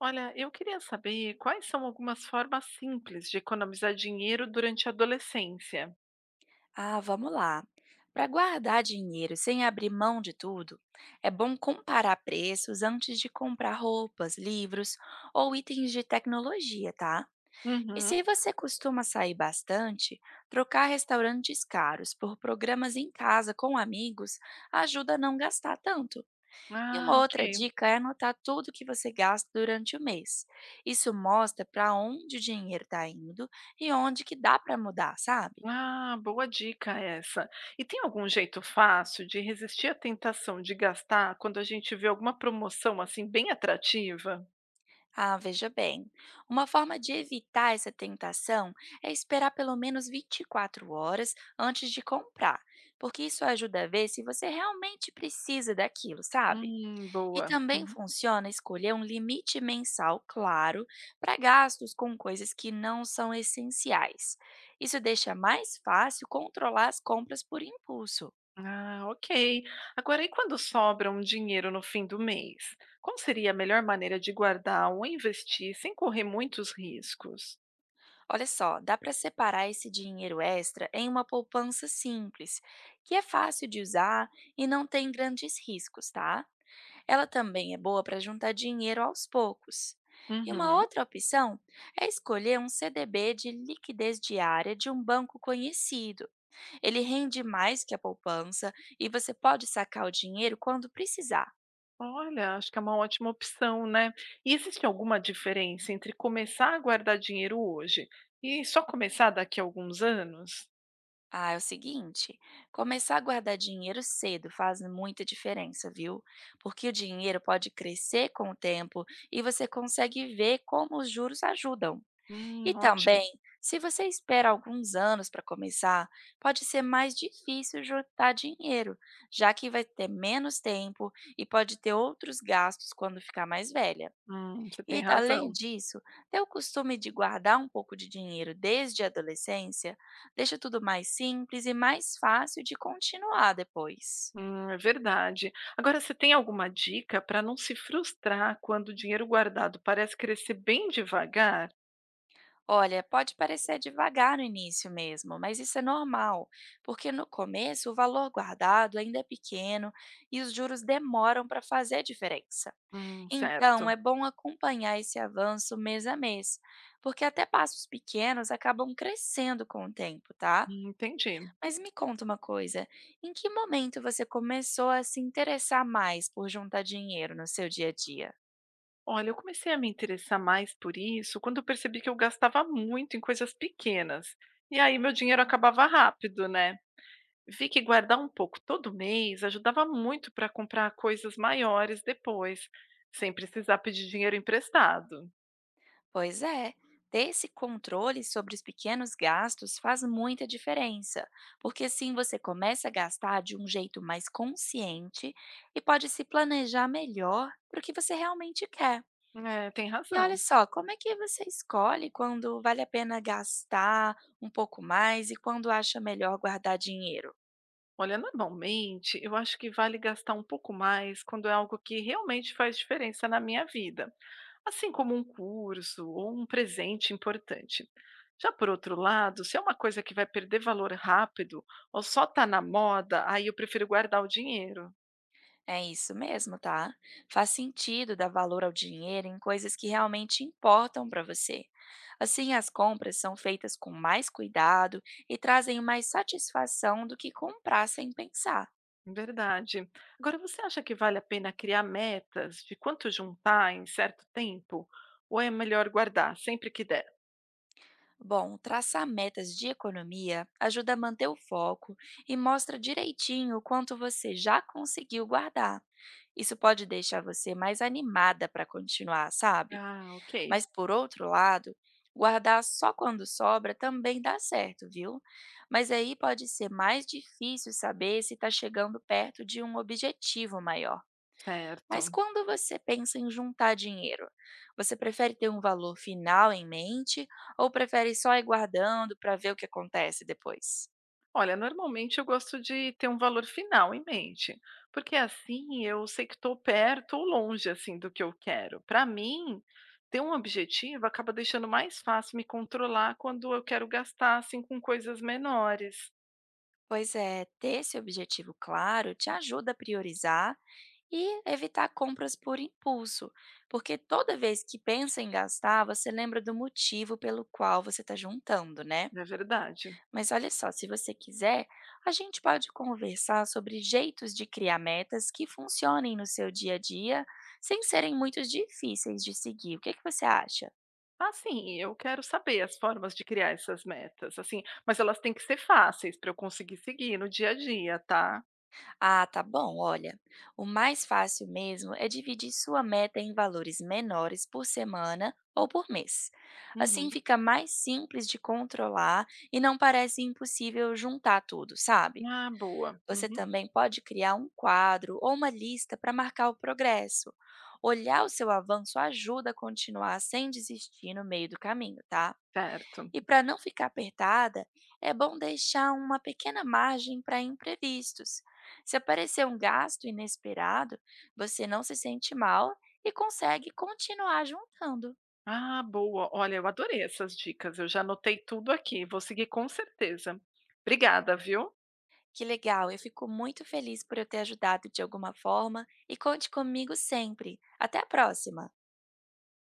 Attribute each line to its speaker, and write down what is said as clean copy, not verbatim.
Speaker 1: Olha, eu queria saber quais são algumas formas simples de economizar dinheiro durante a adolescência.
Speaker 2: Ah, vamos lá. Para guardar dinheiro sem abrir mão de tudo, é bom comparar preços antes de comprar roupas, livros ou itens de tecnologia, tá? E
Speaker 1: Uhum.
Speaker 2: se você costuma sair bastante, trocar restaurantes caros por programas em casa com amigos ajuda a não gastar tanto. E uma
Speaker 1: Ah,
Speaker 2: outra
Speaker 1: ok.
Speaker 2: dica é anotar tudo que você gasta durante o mês. Isso mostra para onde o dinheiro está indo e onde que dá para mudar, sabe?
Speaker 1: Ah, boa dica essa. E tem algum jeito fácil de resistir à tentação de gastar quando a gente vê alguma promoção assim bem atrativa?
Speaker 2: Ah, veja bem. Uma forma de evitar essa tentação é esperar pelo menos 24 horas antes de comprar, porque isso ajuda a ver se você realmente precisa daquilo, sabe? E
Speaker 1: Boa.
Speaker 2: também
Speaker 1: Uhum.
Speaker 2: funciona escolher um limite mensal claro para gastos com coisas que não são essenciais. Isso deixa mais fácil controlar as compras por impulso.
Speaker 1: Ah, ok. Agora, e quando sobra um dinheiro no fim do mês? Qual seria a melhor maneira de guardar ou investir sem correr muitos riscos?
Speaker 2: Olha só, dá para separar esse dinheiro extra em uma poupança simples, que é fácil de usar e não tem grandes riscos, tá? Ela também é boa para juntar dinheiro aos poucos. E uma
Speaker 1: Uhum.
Speaker 2: outra opção é escolher um CDB de liquidez diária de um banco conhecido. Ele rende mais que a poupança e você pode sacar o dinheiro quando precisar.
Speaker 1: Olha, acho que é uma ótima opção, né? E existe alguma diferença entre começar a guardar dinheiro hoje e só começar daqui a alguns anos?
Speaker 2: Ah, é o seguinte, começar a guardar dinheiro cedo faz muita diferença, viu? Porque o dinheiro pode crescer com o tempo e você consegue ver como os juros ajudam. E
Speaker 1: Ótimo.
Speaker 2: também, se você espera alguns anos para começar, pode ser mais difícil juntar dinheiro, já que vai ter menos tempo e pode ter outros gastos quando ficar mais velha.
Speaker 1: Você tem
Speaker 2: E, além
Speaker 1: razão.
Speaker 2: disso, ter o costume de guardar um pouco de dinheiro desde a adolescência deixa tudo mais simples e mais fácil de continuar depois.
Speaker 1: É verdade. Agora, você tem alguma dica para não se frustrar quando o dinheiro guardado parece crescer bem devagar?
Speaker 2: Olha, pode parecer devagar no início mesmo, mas isso é normal, porque no começo o valor guardado ainda é pequeno e os juros demoram para fazer diferença. Então,
Speaker 1: Certo.
Speaker 2: é bom acompanhar esse avanço mês a mês, porque até passos pequenos acabam crescendo com o tempo, tá?
Speaker 1: Entendi.
Speaker 2: Mas me conta uma coisa, em que momento você começou a se interessar mais por juntar dinheiro no seu dia a dia?
Speaker 1: Olha, eu comecei a me interessar mais por isso quando eu percebi que eu gastava muito em coisas pequenas. E aí meu dinheiro acabava rápido, né? Vi que guardar um pouco todo mês ajudava muito para comprar coisas maiores depois, sem precisar pedir dinheiro emprestado.
Speaker 2: Pois é, ter esse controle sobre os pequenos gastos faz muita diferença, porque assim você começa a gastar de um jeito mais consciente e pode se planejar melhor para o que você realmente quer.
Speaker 1: É, tem
Speaker 2: E olha
Speaker 1: razão.
Speaker 2: só, como é que você escolhe quando vale a pena gastar um pouco mais e quando acha melhor guardar dinheiro?
Speaker 1: Olha, normalmente eu acho que vale gastar um pouco mais quando é algo que realmente faz diferença na minha vida, assim como um curso ou um presente importante. Já por outro lado, se é uma coisa que vai perder valor rápido ou só está na moda, aí eu prefiro guardar o dinheiro.
Speaker 2: É isso mesmo, tá? Faz sentido dar valor ao dinheiro em coisas que realmente importam para você. Assim, as compras são feitas com mais cuidado e trazem mais satisfação do que comprar sem pensar.
Speaker 1: Verdade. Agora, você acha que vale a pena criar metas de quanto juntar em certo tempo? Ou é melhor guardar sempre que der?
Speaker 2: Bom, traçar metas de economia ajuda a manter o foco e mostra direitinho o quanto você já conseguiu guardar. Isso pode deixar você mais animada para continuar, sabe?
Speaker 1: Ah, ok,
Speaker 2: Mas, por outro lado, guardar só quando sobra também dá certo, viu? Mas aí pode ser mais difícil saber se está chegando perto de um objetivo maior. Mas
Speaker 1: certo.
Speaker 2: quando você pensa em juntar dinheiro, você prefere ter um valor final em mente ou prefere só ir guardando para ver o que acontece depois?
Speaker 1: Olha, normalmente eu gosto de ter um valor final em mente, porque assim eu sei que estou perto ou longe assim do que eu quero. Para mim, ter um objetivo acaba deixando mais fácil me controlar quando eu quero gastar assim com coisas menores.
Speaker 2: Pois é, ter esse objetivo claro te ajuda a priorizar e evitar compras por impulso, porque toda vez que pensa em gastar, você lembra do motivo pelo qual você está juntando, né?
Speaker 1: Não é verdade?
Speaker 2: Mas olha só, se você quiser, a gente pode conversar sobre jeitos de criar metas que funcionem no seu dia a dia, sem serem muito difíceis de seguir. O que que você acha?
Speaker 1: Assim, eu quero saber as formas de criar essas metas, assim, mas elas têm que ser fáceis para eu conseguir seguir no dia a dia, tá?
Speaker 2: Ah, tá bom. Olha, o mais fácil mesmo é dividir sua meta em valores menores por semana ou por mês. Assim
Speaker 1: Uhum.
Speaker 2: fica mais simples de controlar e não parece impossível juntar tudo, sabe?
Speaker 1: Ah, boa.
Speaker 2: Você
Speaker 1: Uhum.
Speaker 2: também pode criar um quadro ou uma lista para marcar o progresso. Olhar o seu avanço ajuda a continuar sem desistir no meio do caminho, tá?
Speaker 1: Certo.
Speaker 2: E para não ficar apertada, é bom deixar uma pequena margem para imprevistos. Se aparecer um gasto inesperado, você não se sente mal e consegue continuar juntando.
Speaker 1: Ah, boa. Olha, eu adorei essas dicas. Eu já anotei tudo aqui. Vou seguir com certeza. Obrigada, viu?
Speaker 2: Que legal, eu fico muito feliz por eu ter ajudado de alguma forma e conte comigo sempre. Até a próxima!